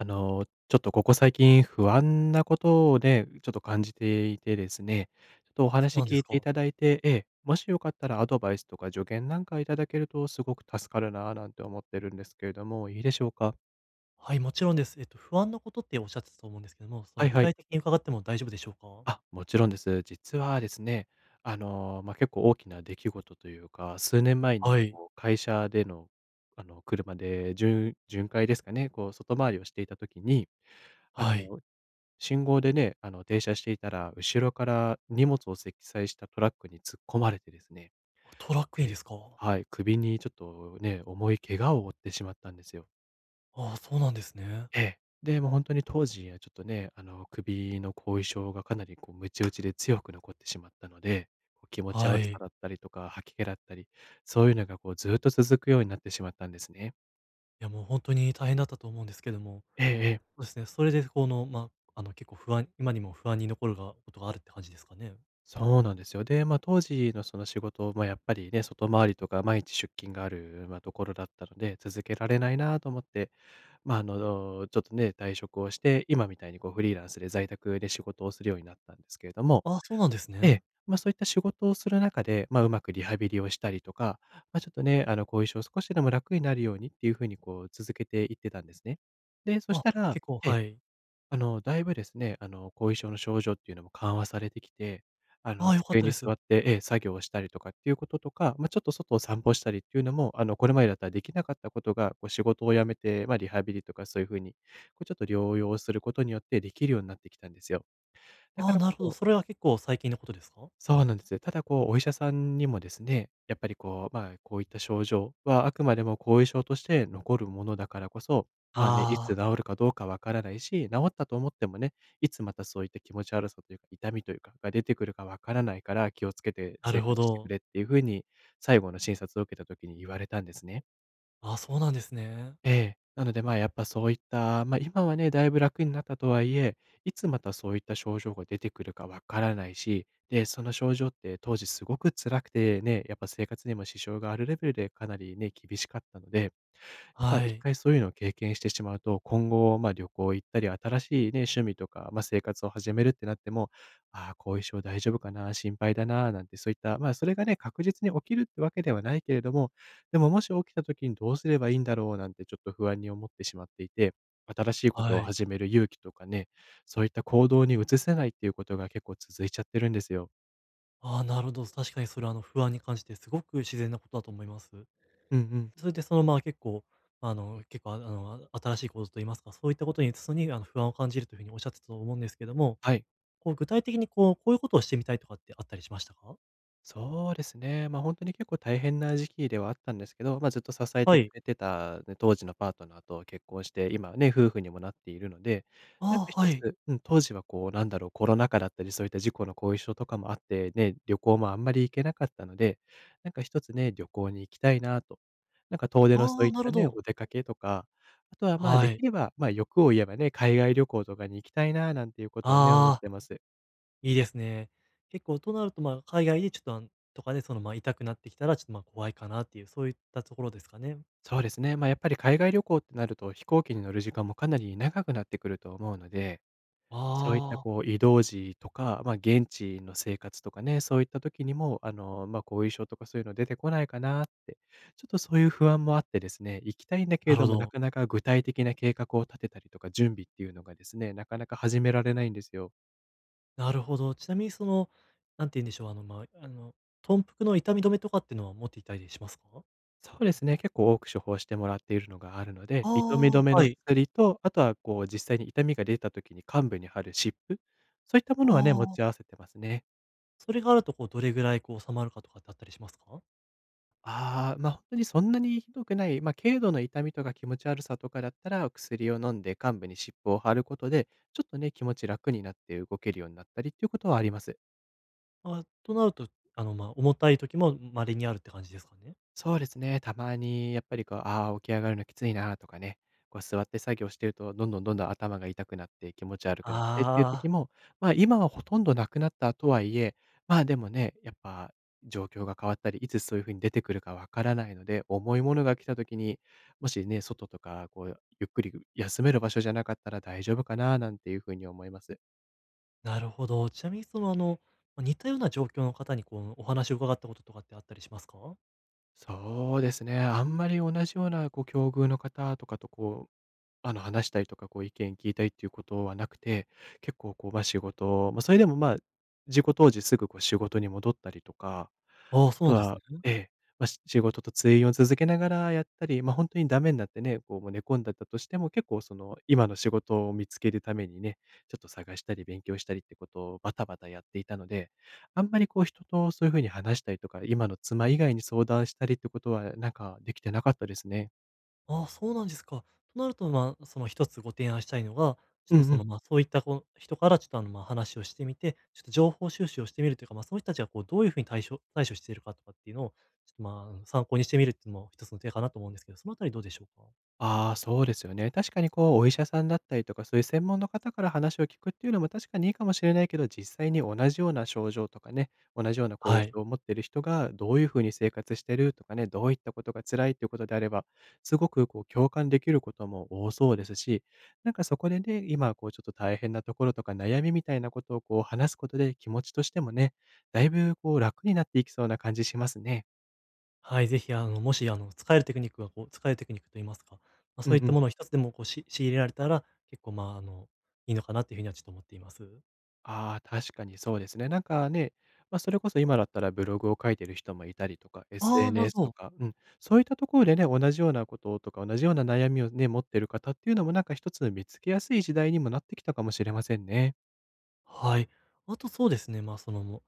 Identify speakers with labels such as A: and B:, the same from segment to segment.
A: ちょっとここ最近不安なことをね、ちょっと感じていてですね、ちょっとお
B: そう
A: 話
B: なんで
A: 聞
B: す
A: いてい
B: か。
A: ただいて、もしよかったらアドバイスとか助言なんかいただけるとすごく助かるなぁなんて思ってるんですけれども、いいでしょうか？
B: はい、もちろんです。不安なことっておっしゃってたと思うんですけども、そ
A: は
B: の
A: い
B: 具
A: はい。
B: 体的に伺っても大丈夫でしょうか？
A: あ、もちろんです。実はですね、結構大きな出来事というか、数年前
B: は
A: に
B: い、
A: こう会社での、車で巡回ですかね、こう外回りをしていた時に、あ
B: はい。
A: の信号でね、停車していたら、後ろから荷物を積載したトラックに突っ込まれてですね、
B: あ、トラックにで
A: で
B: すか？
A: はい、首にちょっとね、重い怪我を負ってしまったんですよ。
B: ああ、そうなんですね。
A: ええ。で、もう本当に当時はちょっとね、首の後遺症がかなりこう、鞭打ちで強く残ってしまったので、こう、気持ち
B: は
A: 悪さ
B: い。
A: だったりとか、吐き気だったり、そういうのがこうずっと続くようになってしまったんですね。
B: いや、もう本当に大変だったと思うんですけども、
A: ええ。
B: そうですね、それでこの、まあ、あの、結構不安今にも不安に残るがことがあるって感じですかね？
A: そうなんですよ。で、まあ、当時のその仕事、まあ、やっぱりね、外回りとか毎日出勤がある、まあ、ところだったので、続けられないなと思って、ちょっとね、退職をして、今みたいにこうフリーランスで在宅で仕事をするようになったんですけれども、
B: ああ、そうなんです
A: え
B: ね。
A: え、まあ、そういった仕事をする中で、まあ、うまくリハビリをしたりとか、まあ、ちょっとね、後遺症を少しでも楽になるようにっていう風にこう続けていってたんですね。で、そし
B: あ、
A: たら
B: 結構
A: ええ、
B: はい。
A: あの、だいぶですね、後遺症の症状っていうのも緩和されてきて、
B: ああ、良かっ
A: 机
B: た
A: に
B: で
A: 座っ
B: す。
A: て、作業をしたりとかっていうこととか、ま、ちょっと外を散歩したりっていうのも、これまでだったらできなかったことが、こう仕事を辞めて、ま、リハビリとかそういう風に、こうちょっと療養することによってできるようになってきたんですよ。だか
B: ああ、
A: らこ
B: なるほど。
A: そ
B: それは結構最近のことですか？
A: そうなんですよ。ただこう、お医者さんにもですね、やっぱりこう、まあ、こういった症状はあくまでも後遺症として残るものだからこそ、まあね、いつ
B: ああ、
A: 治るかどうかわからないし、治ったと思ってもね、いつまたそういった気持ち悪さというか、痛みというか、が出てくるかわからないから、気をつけて
B: なる
A: 生
B: ほ
A: 活してく
B: ど。
A: れっていうふうに、最後の診察を受けた時に言われたんですね。
B: ああ、そうなんですね。
A: ええ。なので、まあ、やっぱそういった、まあ、今はね、だいぶ楽になったとはいえ、いつまたそういった症状が出てくるかわからないし、で、その症状って当時すごく辛くてね、やっぱ生活にも支障があるレベルでかなりね、厳しかったので、まあ、
B: は
A: 一
B: い、
A: 回そういうのを経験してしまうと、今後、まあ、旅行行ったり、新しいね、趣味とか、まあ、生活を始めるってなっても、ああ、後遺症大丈夫かな、心配だな、なんてそういった、まあ、それがね、確実に起きるってわけではないけれども、でももし起きた時にどうすればいいんだろうなんてちょっと不安に思ってしまっていて、新しいこと
B: は
A: を
B: い。
A: 始める勇気とかね、そういった行動に移せないっていうことが結構続いちゃってるんですよ。
B: ああ、なるほど。確かにそれはあの不安に感じて、すごく自然なことだと思います。
A: うんうん。
B: それでそのまあ結構、まあの結構ああの新しいことといいますか、そういったことに不安を感じるというふうにおっしゃってたと思うんですけども、
A: はい。
B: 具体的にこういうことをしてみたいとかってあったりしましたか？
A: そうですね。ま、本当に結構大変な時期ではあったんですけど、ま、ずっと支え
B: は
A: てく
B: い。
A: れてたね、当時のパートナーと結婚して、今ね、夫婦にもなっているので、なん
B: あ
A: か
B: あ、
A: 一
B: はい。
A: つ、うん、当時はこう、なんだろう、コロナ禍だったり、そういった事故の後遺症とかもあって、ね、旅行もあんまり行けなかったので、なんか一つね、旅行に行きたいなと。なんか遠出のそう
B: あ
A: い
B: あ、
A: っ
B: なる
A: た
B: ほ
A: ね、
B: ど。
A: お出かけとか、あとは、まあ、で
B: は
A: き
B: い。
A: れば、ま、欲を言えばね、海外旅行とかに行きたいななんていうことをね、思っ
B: ああ、
A: てます。
B: いいですね。結構となるとまあ海外でちょっとあのとかでそのまあ痛くなってきたらちょっとまあ怖いかなっていう、そういったところですかね。
A: そうですね。まあ、やっぱり海外旅行ってなると、飛行機に乗る時間もかなり長くなってくると思うので、そういった
B: ああ、
A: こう移動時とか、まあ、現地の生活とかね、そういった時にも、まあ、後遺症とかそういうの出てこないかなって、ちょっとそういう不安もあってですね、行きたいんだけ
B: な
A: れ
B: る
A: ど
B: ほ
A: も、な
B: ど。
A: かなか具体的な計画を立てたりとか、準備っていうのがですね、なかなか始められないんですよ。
B: なるほど。ちなみにその、なんて言うんでしょう、あの、まあ、あの、豚腹の痛み止めとかっていうのは持っていたりしますか？
A: そうですね、結構多く処方してもらっているのがあるので、
B: あ
A: 痛み止め
B: あは
A: の
B: い。
A: 薬と、あとはこう実際に痛みが出た時に患部に貼る湿布、そういったものはね、
B: あ、
A: 持
B: あ
A: ち合わ
B: あ
A: せてますね。
B: それがあると、どれぐらい収まるかとかってあったりしますか？
A: ああ、ま、本当にそんなにひどくない、ま、軽度の痛みとか気持ち悪さとかだったら、薬を飲んで患部に湿布を貼ることで、ちょっとね、気持ち楽になって動けるようになったりっていうことはあります。
B: あ、となると、重たい時も稀にあるって感じですかね？
A: そうですね。たまにやっぱりこう、ああ、起き上がるのきついなとかね、こう座って作業してると、どんどん頭が痛くなって、気持ち悪くなってっていう時
B: ああ。
A: も、まあ今はほとんどなくなったとはいえ、まあでもね、やっぱ状況が変わったり、いつそういう風に出てくるかわからないので、重いものが来た時に、もしね、外とか、こう、ゆっくり休める場所じゃなかったら大丈夫かななんていう風に思います。
B: なるほど。ちなみに、似たような状況の方に、こう、お話を伺ったこととかってあったりしますか？
A: そうですね。あんまり同じようなこう境遇の方とかとこう話したりとか、こう、意見聞いたりっていうことはなくて、結構、こう、まあ、仕事まあ、それでも、まあ、事故当時すぐ、こう、仕事に戻ったりとか、あ
B: ああー、そう
A: と
B: なんです
A: は
B: ね。
A: ええ、まあ、仕事と通院を続けながらやったり、ま、本当にダメになってね、こう、もう寝込んだったとしても、結構、その、今の仕事を見つけるためにね、ちょっと探したり勉強したりってことをバタバタやっていたので、あんまり、こう、人とそういう風に話したりとか、今の妻以外に相談したりってことは、なんか、できてなかったですね。
B: ああ、そうなんですか。となると、まあ、その一つご提案したいのが、ちょっ
A: う
B: と
A: んう
B: そ
A: ん。
B: の、まあ、そういったこう、人からちょっとあの、まあ、話をしてみて、ちょっと情報収集をしてみるというか、まあ、その人たちがこう、どういう風に対処しているかとかっていうのを、ちょっと、まあ、参考にしてみるっていうのも一つの手かなと思うんですけど、そのあたりどうでしょうか？
A: ああ、そうですよね。確かにこう、お医者さんだったりとか、そういう専門の方から話を聞くっていうのも確かにいいかもしれないけど、実際に同じような症状とかね、同じような後遺
B: はい。
A: 症を持ってる人がどういうふうに生活してるとかね、どういったことが辛いっていうことであれば、すごくこう共感できることも多そうですし、なんかそこでね、今こうちょっと大変なところとか悩みみたいなことをこう話すことで気持ちとしてもね、だいぶこう楽になっていきそうな感じしますね。
B: はい、ぜひあの、もしあの、使えるテクニックがこう使えるテクニックといいますか、まあ、
A: うん
B: そういっ
A: う
B: た
A: ん。
B: ものを一つでもこう、仕入れられたら、結構まあ、あの、いいのかなっていうふうにはちょっと思っています。
A: ああ、確かにそうですね。なんかね、まあ、それこそ今だったらブログを書いてる人もいたりとか、
B: ああ、なる
A: SNS
B: ほ
A: と
B: ど。
A: か、うん、そういったところでね、同じようなこととか、同じような悩みをね、持ってる方っていうのもなんか一つ見つけやすい時代にもなってきたかもしれませんね。
B: はい。あとそうですね、まあ、その、も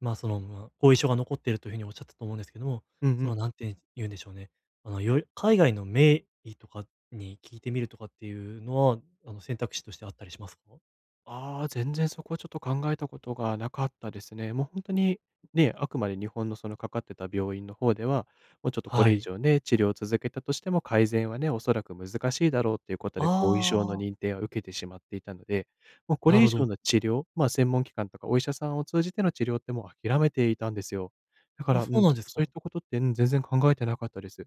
B: まあ、その、まあ、後遺症が残っているというふうにおっしゃったと思うんですけども、
A: うんう
B: その、
A: ん。
B: なんて言うんでしょうね、あの、よ海外の名医とかに聞いてみるとかっていうのは、あの、選択肢としてあったりしますか？
A: ああ、全然そこはちょっと考えたことがなかったですね。もう本当に、ね、あくまで日本のそのかかってた病院の方では、もうちょっとこ
B: は
A: れ以
B: い。
A: 上ね、治療を続けたとしても改善はね、おそらく難しいだろうっていうことで、後遺症の
B: ああ、
A: 認定を受けてしまっていたので、もうこ
B: な
A: れ以
B: るほ
A: 上
B: ど。
A: の治療、まあ、専門機関とかお医者さんを通じての治療ってもう諦めていたんですよ。だか
B: あ、
A: ら、うん、
B: そう
A: ち
B: なん
A: ょっ
B: です
A: とそうい
B: か。
A: ったことって、うん、全然考えてなかったです。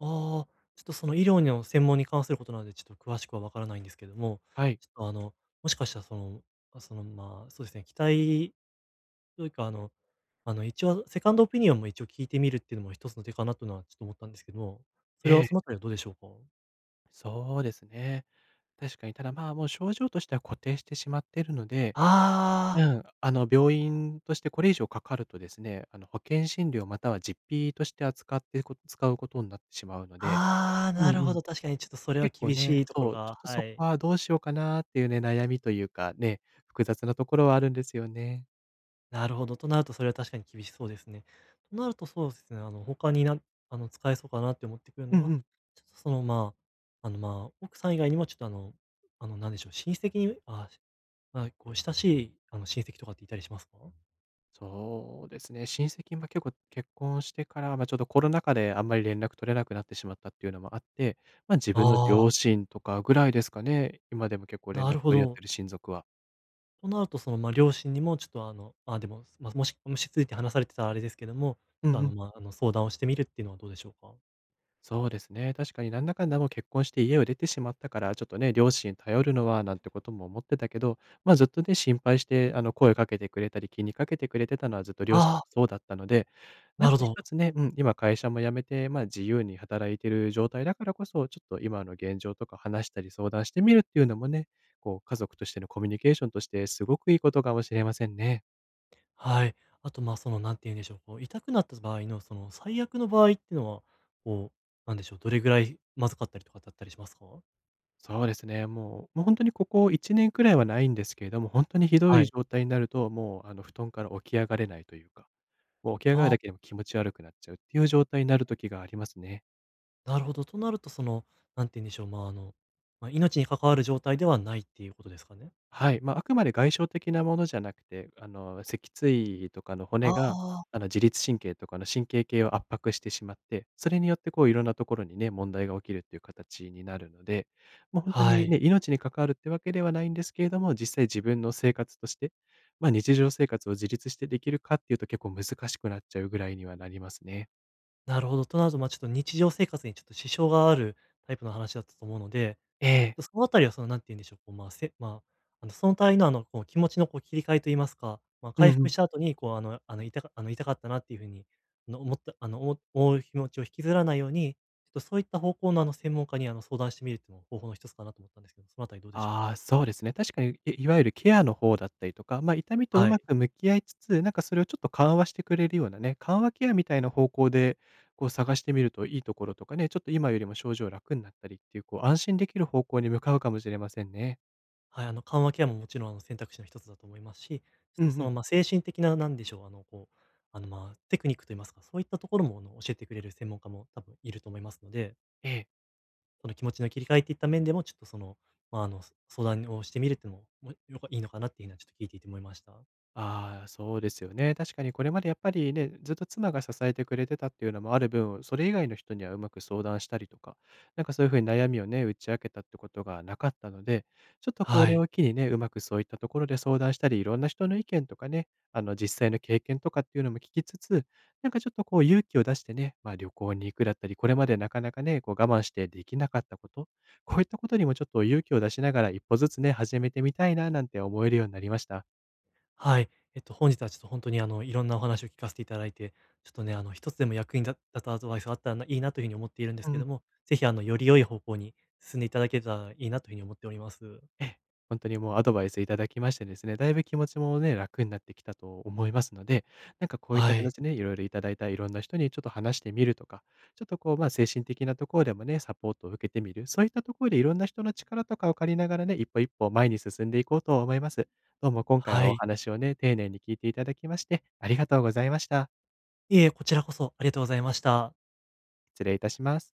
B: ああ、ちょっとその医療の専門に関することなので、ちょっと詳しくはわからないんですけども、
A: はい。
B: ちょっとあの、もしかしたらその、あ、その、まあ、そうですね、期待というか、あのあの、一応セカンドオピニオンも一応聞いてみるっていうのも一つの手かなというのはちょっと思ったんですけども、そ
A: え
B: れはそ
A: え、
B: のあたりはどうでしょうか？
A: そうですね。確かに、ただ、まあ、もう症状としては固定してしまっているので、う
B: ああ、
A: ん、あの、病院としてこれ以上かかるとですね、あの、保険診療または実費として扱って使うことになってしまうので、
B: ああ、
A: うん
B: なる
A: う
B: ほ
A: ん。
B: ど、確かにちょっとそれは
A: 結構
B: 厳
A: ね、
B: しいところ
A: そう、ち
B: が
A: ょっとそ
B: は
A: こ
B: い。
A: はどうしようかなっていうね、悩みというかね、複雑なところはあるんですよね。
B: なるほど、となるとそれは確かに厳しそうですね。となるとそうですね、あの、他になあの、使えそうかなって思ってくる
A: うん
B: の
A: う
B: が、
A: ん。
B: ちょっとその、まあ、あの、まあ、奥さん以外にもちょっと、あのあの、なんでしょう、親戚にあしまあ、こう親しい、あの、親戚とかっていたりしますか？
A: そうですね、親戚も結構結婚してから、まあ、ちょっとコロナ禍であんまり連絡取れなくなってしまったっていうのもあって、まあ、自分の両
B: ああ
A: 親とかぐらいですかね、今でも結構
B: ー、
A: 連
B: な
A: 絡
B: るほ
A: 取り合って
B: ど。
A: る親族は。
B: となると、両親にもちょっと、あの、あ、でも、まあ、もしもしついて話されてたらあれですけども、ち
A: う
B: ょっと、
A: ん
B: あ
A: う
B: の、
A: ん。
B: まあ、あの、相談をしてみるっていうのはどうでしょうか？
A: そうですね。確かになんだかんだもう結婚して家を出てしまったから、ちょっとね、両親頼るのはなんてことも思ってたけど、まあずっとね、心配して、あの、声かけてくれたり気にかけてくれてたのはずっと両親も
B: ああ、
A: そうだったので、なん
B: な
A: か
B: るほ
A: 一
B: ど。
A: つね、うん、今会社も辞めて、まあ自由に働いてる状態だからこそ、ちょっと今の現状とか話したり相談してみるっていうのもね、こう家族としてのコミュニケーションとしてすごくいいことかもしれませんね。
B: はい。あと、まあ、その、なんて言うんでしょう、こう、痛くなった場合の、その、最悪の場合っていうのは、こう、なんでしょう、どれぐらいまずかったりとかだったりしますか？
A: そうですね、もう本当にここ1年くらいはないんですけれども、本当にひど
B: は
A: い
B: い。
A: 状態になると、もうあの布団から起き上がれないというか、もう起き上がる
B: あ
A: だけ
B: あ、
A: でも気持ち悪くなっちゃうっていう状態になる時がありますね。
B: なるほど。となると、その、なんて言うんでしょう、まあ、あの、まあ、命に関わる状態ではないっていうことですかね？
A: はい、まあ、あくまで外傷的なものじゃなくて、あの、脊椎とかの
B: あ
A: 骨が、
B: あ、
A: あの、自律神経とかの神経系を圧迫してしまって、それによってこういろんなところにね、問題が起きるっていう形になるので、もう本当
B: は
A: にね、
B: い。
A: 命に関わるってわけではないんですけれども、実際自分の生活として、ま、日常生活を自立してできるかっていうと結構難しくなっちゃうぐらいにはなりますね。
B: なるほど。となると、まあ、ちょっと日常生活にちょっと支障があるタイプの話だったと思うので、
A: え
B: ちょっ
A: え。
B: とそのあたりはその、何て言うんでしょう、こう、まあ、せまあ、あの、その対の、あの、こう、気持ちの切り替えと言いますか、まあ、
A: うん
B: 回
A: う
B: 復
A: ん。
B: した後に、こう、あのあの、痛かあの、痛かったなっていう風に、あの、思ったあの、お思う気持ちを引きずらないように、ちょっとそういった方向の、あの、専門家に、あの、相談してみるっていうのも方法の一つかなと思ったんですけど、そのあたりどうでしょう
A: あ
B: か？
A: あ、そうですね。確かに、いわゆるケアの方だったりとか、まあ、痛みとう
B: は
A: ま
B: い。
A: く向き合いつつ、なんかそれをちょっと緩和してくれるようなね、緩和ケアみたいな方向で、こう探してみるといいところとかね、ちょっと今よりも症状楽になったりっていう、こう安心できる方向に向かうかもしれませんね。
B: はい、あの、緩和ケアももちろん、あの、選択肢の一つだと思いますし、ちょっ
A: うんう
B: とその、
A: ん。
B: ま、精神的ななんでしょう、あの、こう、あの、まあ、テクニックといいますか、そういったところも、あの、教えてくれる専門家も多分いると思いますので、
A: ええ。
B: その気持ちの切り替えといった面でも、ちょっとその、まあ、あの、相談をしてみるっていうのも、もよかいいのかなっていうのはちょっと聞いていて思いました。
A: ああ、そうですよね。確かにこれまでやっぱりね、ずっと妻が支えてくれてたっていうのもある分、それ以外の人にはうまく相談したりとか、なんかそういう風に悩みをね、打ち明けたってことがなかったので、ちょっとこ
B: は
A: れ
B: い。
A: を機にね、うまくそういったところで相談したり、いろんな人の意見とかね、あの実際の経験とかっていうのも聞きつつ、なんかちょっとこう勇気を出してね、ま、あ旅行に行くだったり、これまでなかなかね、こう我慢してできなかったこと、こういったことにもちょっと勇気を出しながら一歩ずつね、始めてみたいななんて思えるようになりました。
B: はい。本日はちょっと本当に、あの、いろんなお話を聞かせていただいて、ちょっとね、あの、一つでも役に立ったアドバイスがあったらいいなというふうに思っているんです
A: う
B: けど
A: ん。
B: も、ぜひ、あの、より良い方向に進んでいただけたらいいなというふうに思っております。
A: ええ、ほにもうアドバイスいただきましてですね、だいぶ気持ちもね、楽になってきたと思いますので、なんかこういった
B: はい。
A: 形でね、いろいろいただいたいろんな人にちょっと話してみるとか、ちょっとこう、ま、精神的なところでもね、サポートを受けてみる、そういったところでいろんな人の力とかを借りながらね、一歩一歩前に進んでいこうと思います。どうも今回
B: は
A: はお
B: い。
A: 話をね、丁寧に聞いていただきまして、ありがとうございました。
B: いえ、こちらこそありがとうございました。
A: 失礼いたします。